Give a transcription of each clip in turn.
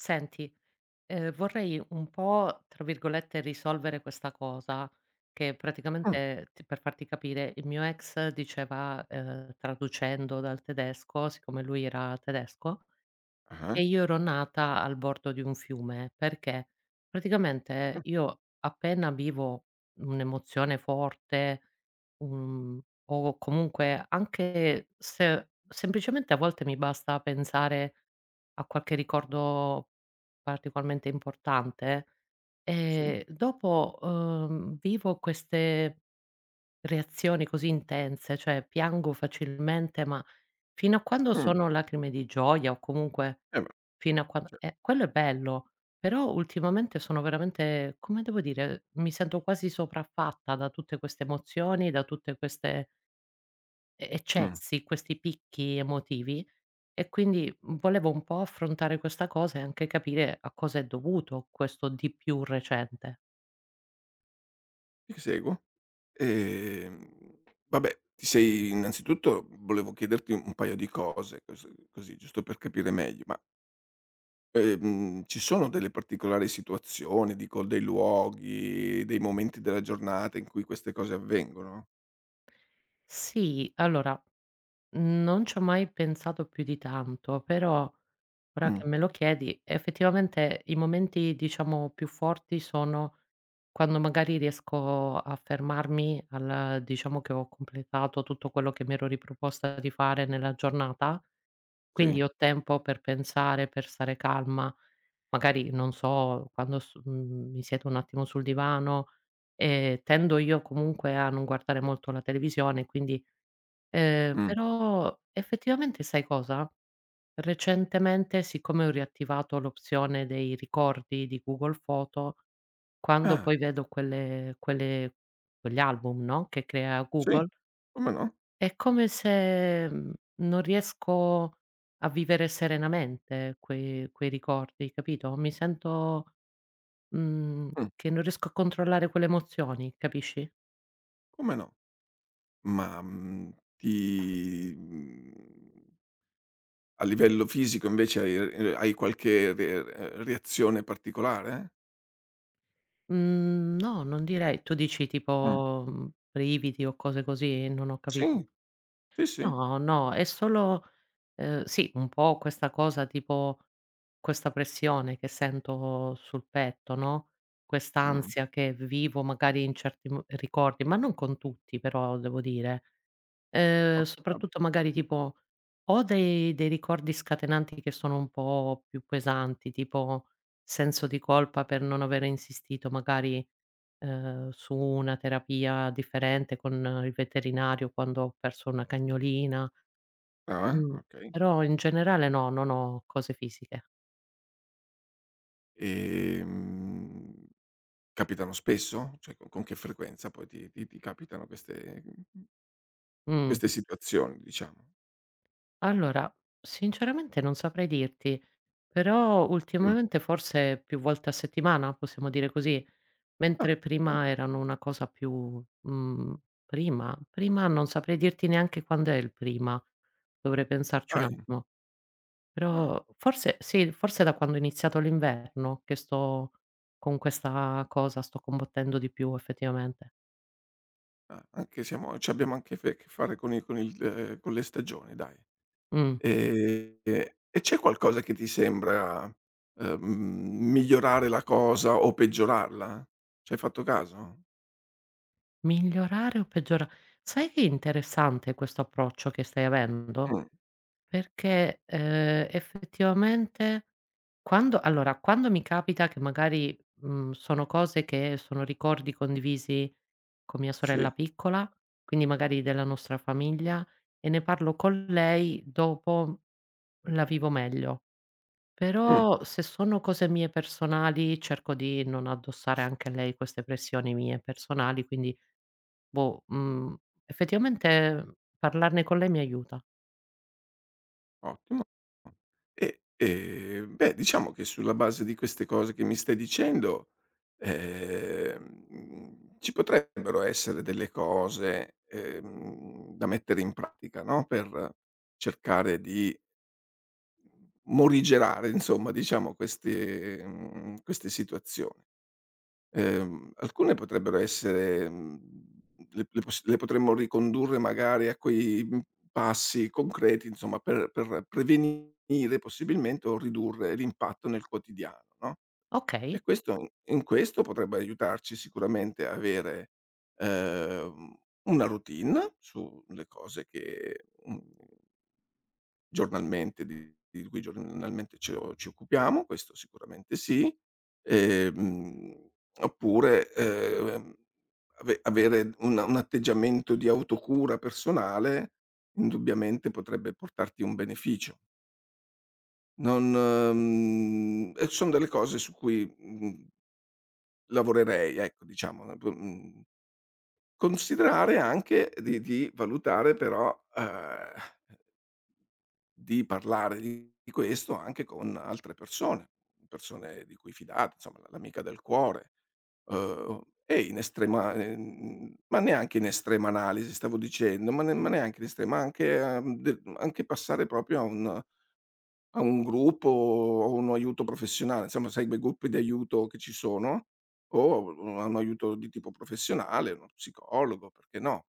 Senti, vorrei un po', tra virgolette, "risolvere" questa cosa che Mh. praticamente t per farti capire, il mio ex diceva, traducendo dal tedesco, siccome lui era tedesco, Ah-ah. che io ero nata al bordo di un fiume, perché praticamente Mh. io, appena vivo un'emozione forte, un o comunque anche se semplicemente a volte mi basta pensare a qualche ricordo particolarmente importante, Sì. Dopo, vivo queste reazioni così intense, cioè piango facilmente, ma fino a quando Mh. sono lacrime di gioia o comunque, Eh beh. fino a quan quello è bello, però ultimamente sono veramente, come devo dire, mi sento quasi sopraffatta da tutte queste emozioni, da tutte queste e Mh. eccessi, questi picchi emotivi, e quindi volevo un po' affrontare questa cosa e anche capire a cosa è dovuto questo di più recente. Ti seguo. Ehm, Vabbè, ti sei innanzitutto volevo chiederti un paio di cose, così giusto per capire meglio, ma, ci sono delle particolari situazioni, dico dei luoghi, dei momenti della giornata in cui queste cose avvengono? Sì, allora, non c'ho mai pensato più di tanto, però ora Mh. che me lo chiedi, effettivamente i momenti, diciamo, più forti sono quando magari riesco a fermarmi, al diciamo che ho completato tutto quello che mi ero riproposta di fare nella giornata, Sì. quindi ho tempo per pensare, per stare calma. Magari, non so, quando mi siedo un attimo sul divano, tendo io comunque a non guardare molto la televisione, quindi, Mh. però effettivamente sai cosa? Recentemente, siccome ho riattivato l'opzione dei ricordi di Google Foto, quando Ah, poi vedo quelle quegli album, no, che crea sì, Google, come no. è come se, non riesco a vivere serenamente quei ricordi, capito? Mi sento, mhmm, Mh. che non riesco a controllare quelle emozioni, capisci? Come no. Ma, mhmm, ti mhmm A livello fisico invece hai hai qualche re reazione particolare? Mhmm, no, non direi, tu dici Mh. tipo, mhmm, brividi o cose così? Non ho Sì, capito. sì, sì. No, no, è solo, sì, un po' questa cosa, tipo questa pressione che sento sul petto, no, Mh. quest'ansia che vivo magari in certi mo ricordi, ma non con tutti, però devo dire, O a soprattutto magari tipo o dei ricordi scatenanti che sono un po' più pesanti, tipo senso di colpa per non avere insistito magari, su una terapia differente con il veterinario quando ho perso una cagnolina. Ah-ah, Mh, okay. però in generale no, non ho cose fisiche. Ehm, Capitano spesso? Cioè co con che frequenza poi ti capitano queste Mh. queste situazioni diciamo? Allora, sinceramente non saprei dirti, però Mh. ultimamente forse più volte a settimana, possiamo dire così, Ah, mentre oh, prima erano una cosa più, prima? Prima non saprei dirti neanche quand'è il prima, dovrei pensarci un dai. attimo. Ah, Però forse sì, forse da quando è iniziato l'inverno che sto, con questa cosa, sto combattendo di più effettivamente. ah, anche siamo c'abbiamo anche fe che fare con i con il con le stagioni dai. Mh. E c'è qualcosa che ti sembra, migliorare la cosa o peggiorarla? Ci hai fatto caso? Migliorare o peggiora, sai che interessante questo approccio che stai avendo? Mh, Perché, effettivamente quando mi capita che magari, sono cose che sono ricordi condivisi con mia sì, sorella piccola, quindi magari della nostra famiglia, e ne parlo con lei, dopo la vivo meglio. mh, Però se sono cose mie personali cerco di non addossare anche a lei queste pressioni mie personali, quindi boh, effettivamente parlarne con lei mi aiuta. ottimo. E, beh, diciamo che sulla base di queste cose che mi stai dicendo, ci potrebbero essere delle cose, da mettere in pratica, no, per cercare di morigerare insomma, diciamo queste queste situazioni. Alcune potrebbero essere le potremmo ricondurre magari a quei, passi concreti insomma per prevenire possibilmente o ridurre l'impatto nel quotidiano, no, e Okay, questo potrebbe aiutarci sicuramente a avere, ehm, una routine sulle cose che, mhmm Giornalmente di cui giornalmente ci occupiamo, questo sicuramente sì. Ehm, Oppure, avere un atteggiamento di autocura personale indubbiamente potrebbe portarti un beneficio. Non mhmm, E son delle cose su cui, lavorerei, ecco, diciamo. Mhmm, Considerare anche di valutare però, Di parlare di questo anche con altre persone, persone di cui fidate, insomma la l'amica del cuore, e in estrema ma neanche in estrema analisi stavo dicendo, ma ne ma neanche in estrema, anche a de anche passare proprio a un gruppo o un aiuto professionale, insomma sai quei gruppi di aiuto che ci sono, o a un aiuto di tipo professionale, uno psicologo, perché no.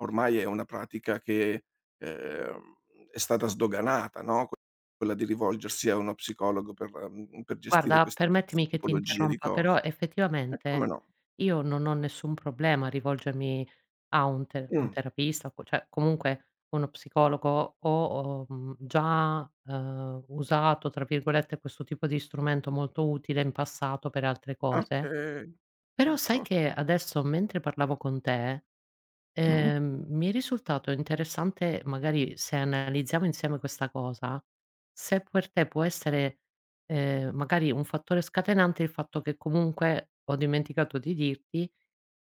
Ormai è una pratica che, ehm, è stata sdoganata, no, quella di rivolgersi a uno psicologo per per gestire guarda, questo ti queste permettimi che ti tipologie di interrompa, però cose. E effettivamente come no. io non ho nessun problema a rivolgermi a un Mh. terapista, co cioè comunque uno psicologo. Ho già, usato, tra virgolette, questo tipo di strumento molto utile in passato per altre cose, Okay. però sai O che adesso mentre parlavo con te, Mh, mi è risultato interessante, magari se analizziamo insieme questa cosa, se per te può essere, magari un fattore scatenante il fatto che comunque ho dimenticato di dirti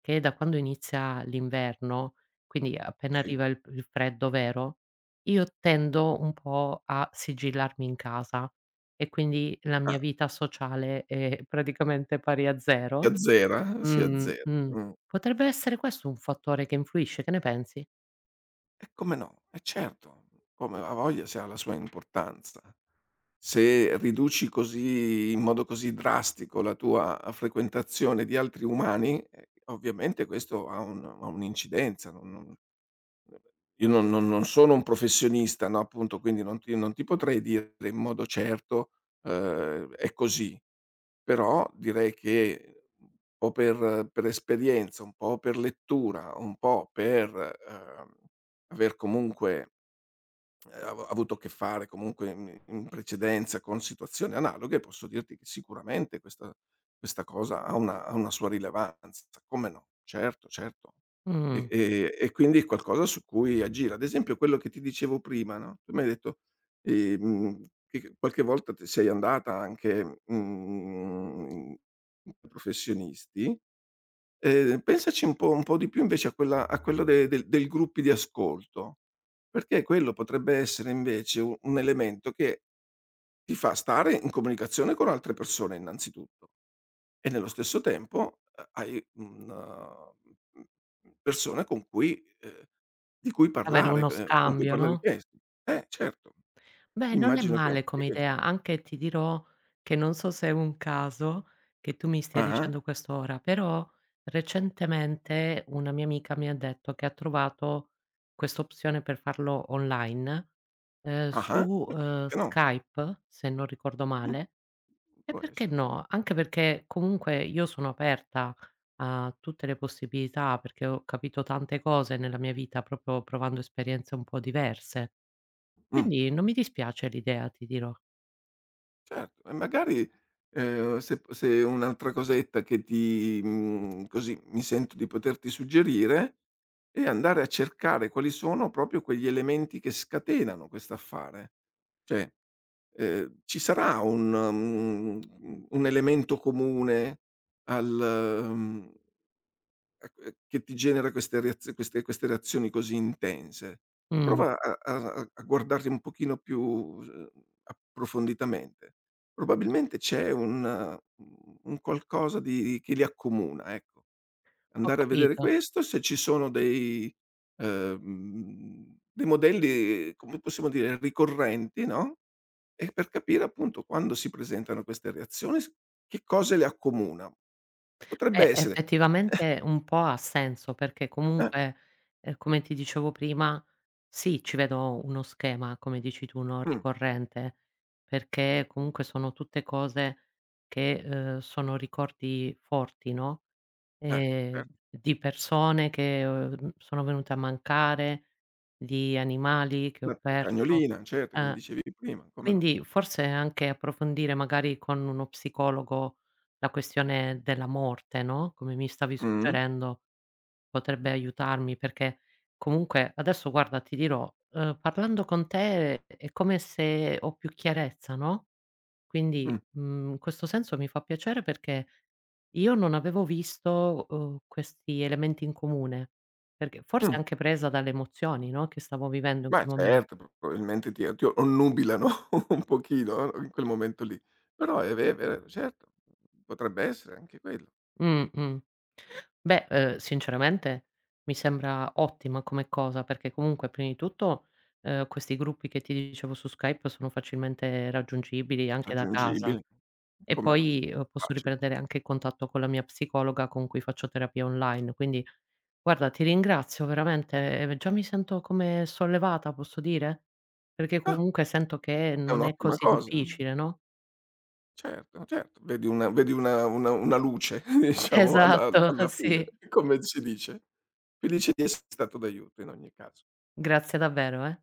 che da quando inizia l'inverno, quindi appena sì. arriva il freddo vero, io tendo un po' a sigillarmi in casa e quindi la Ah, mia vita sociale è praticamente pari a si 0. azzera? Si Mh, azzera. mh. Mh. Potrebbe essere questo un fattore che influisce, che ne pensi? E come no, e certo. Come, ha voglia se ha la sua importanza. Se riduci così in modo così drastico la tua frequentazione di altri umani, ovviamente questo ha un ha un'incidenza, non non io non sono un professionista, no, appunto, quindi non ti potrei dire in modo certo, è così, però direi che o per esperienza, un po' per lettura, un po' per, ehm, aver comunque av avuto a che fare comunque in precedenza con situazioni analoghe, posso dirti che sicuramente questa questa cosa ha una sua rilevanza. Come no, certo, certo. E Mh, e e quindi è qualcosa su cui agire. Ad esempio quello che ti dicevo prima, no, tu mi hai detto, che qualche volta t sei andata anche, professionisti. Pensaci un po' di più invece a quella a quello de del del gruppi di ascolto, perché quello potrebbe essere invece u un elemento che ti fa stare in comunicazione con altre persone innanzitutto e nello stesso tempo, hai una mhmm, persone con cui di cui avere parlare, uno con cui scambio, parlare di no? questo. Certo, Beh, non è immagino che male anche come questo idea, anche ti dirò che non so se è un caso che tu mi stia ah-ah, dicendo questo ora, però recentemente una mia amica mi ha detto che ha trovato quest'opzione per farlo online, ah-ah, su, perché no? Skype, se non ricordo Mh, male. E può perché essere, sì. no? Anche perché comunque io sono aperta a tutte le possibilità, perché ho capito tante cose nella mia vita proprio provando esperienze un po' diverse. Mh. Quindi non mi dispiace l'idea, ti dirò. Certo, e magari, se un'altra cosetta che ti così mi sento di poterti suggerire, è andare a cercare quali sono proprio quegli elementi che scatenano quest'affare. Cioè, ci sarà un un elemento comune al mhmm che ti genera queste reaz queste reazioni così intense. Mh, Prova a guardarli un pochino più, approfonditamente. Probabilmente c'è un u un qualcosa di che li accomuna, ecco. ho Andare a vedere capito. questo, se ci sono dei, dei modelli, come possiamo dire, ricorrenti, no, e per capire appunto quando si presentano queste reazioni s che cosa le accomuna. Potrebbe essere Effettivamente un po' ha senso, perché comunque, come ti dicevo prima, sì, ci vedo uno schema, come dici tu, no, Mh, ricorrente, perché comunque sono tutte cose che, sono ricordi forti, no? eh, Ehm, certo. di persone che, sono venute a mancare, di animali che ho Ma perso. Cagnolina, certo, che mi Eh. dicevi prima, come no. Quindi forse anche approfondire magari con uno psicologo la questione della morte, no, come mi stavi Mh-mh, suggerendo, potrebbe aiutarmi, perché comunque adesso, guarda, ti dirò, parlando con te è come se ho più chiarezza, no, quindi, mh, in questo senso mi fa piacere perché io non avevo visto, questi elementi in comune, perché forse mh. anche presa dalle emozioni, no, che stavo vivendo in Ma quel momen. certo, p probabilmente ti onnubilano un pochino, no, in quel momento lì. Però è ve è vero, certo, potrebbe essere anche quello. Mh, mh. Beh, sinceramente mi sembra ottima come cosa, perché comunque prima di tutto, questi gruppi che ti dicevo su Skype sono facilmente raggiungibili anche da casa, Raggiungibile, e come no, poi, posso facile. riprendere anche il contatto con la mia psicologa con cui faccio terapia online. Quindi guarda, ti ringrazio veramente, già mi sento come sollevata, posso dire? Perché Ah, comunque sento che è non è un'ottima così cosa, eh. difficile, no? Certo, certo. Vedi una luce diciamo Esatto, alla fine, sì. come si dice. Felice di esserti stato d'aiuto in ogni caso. Grazie davvero, eh.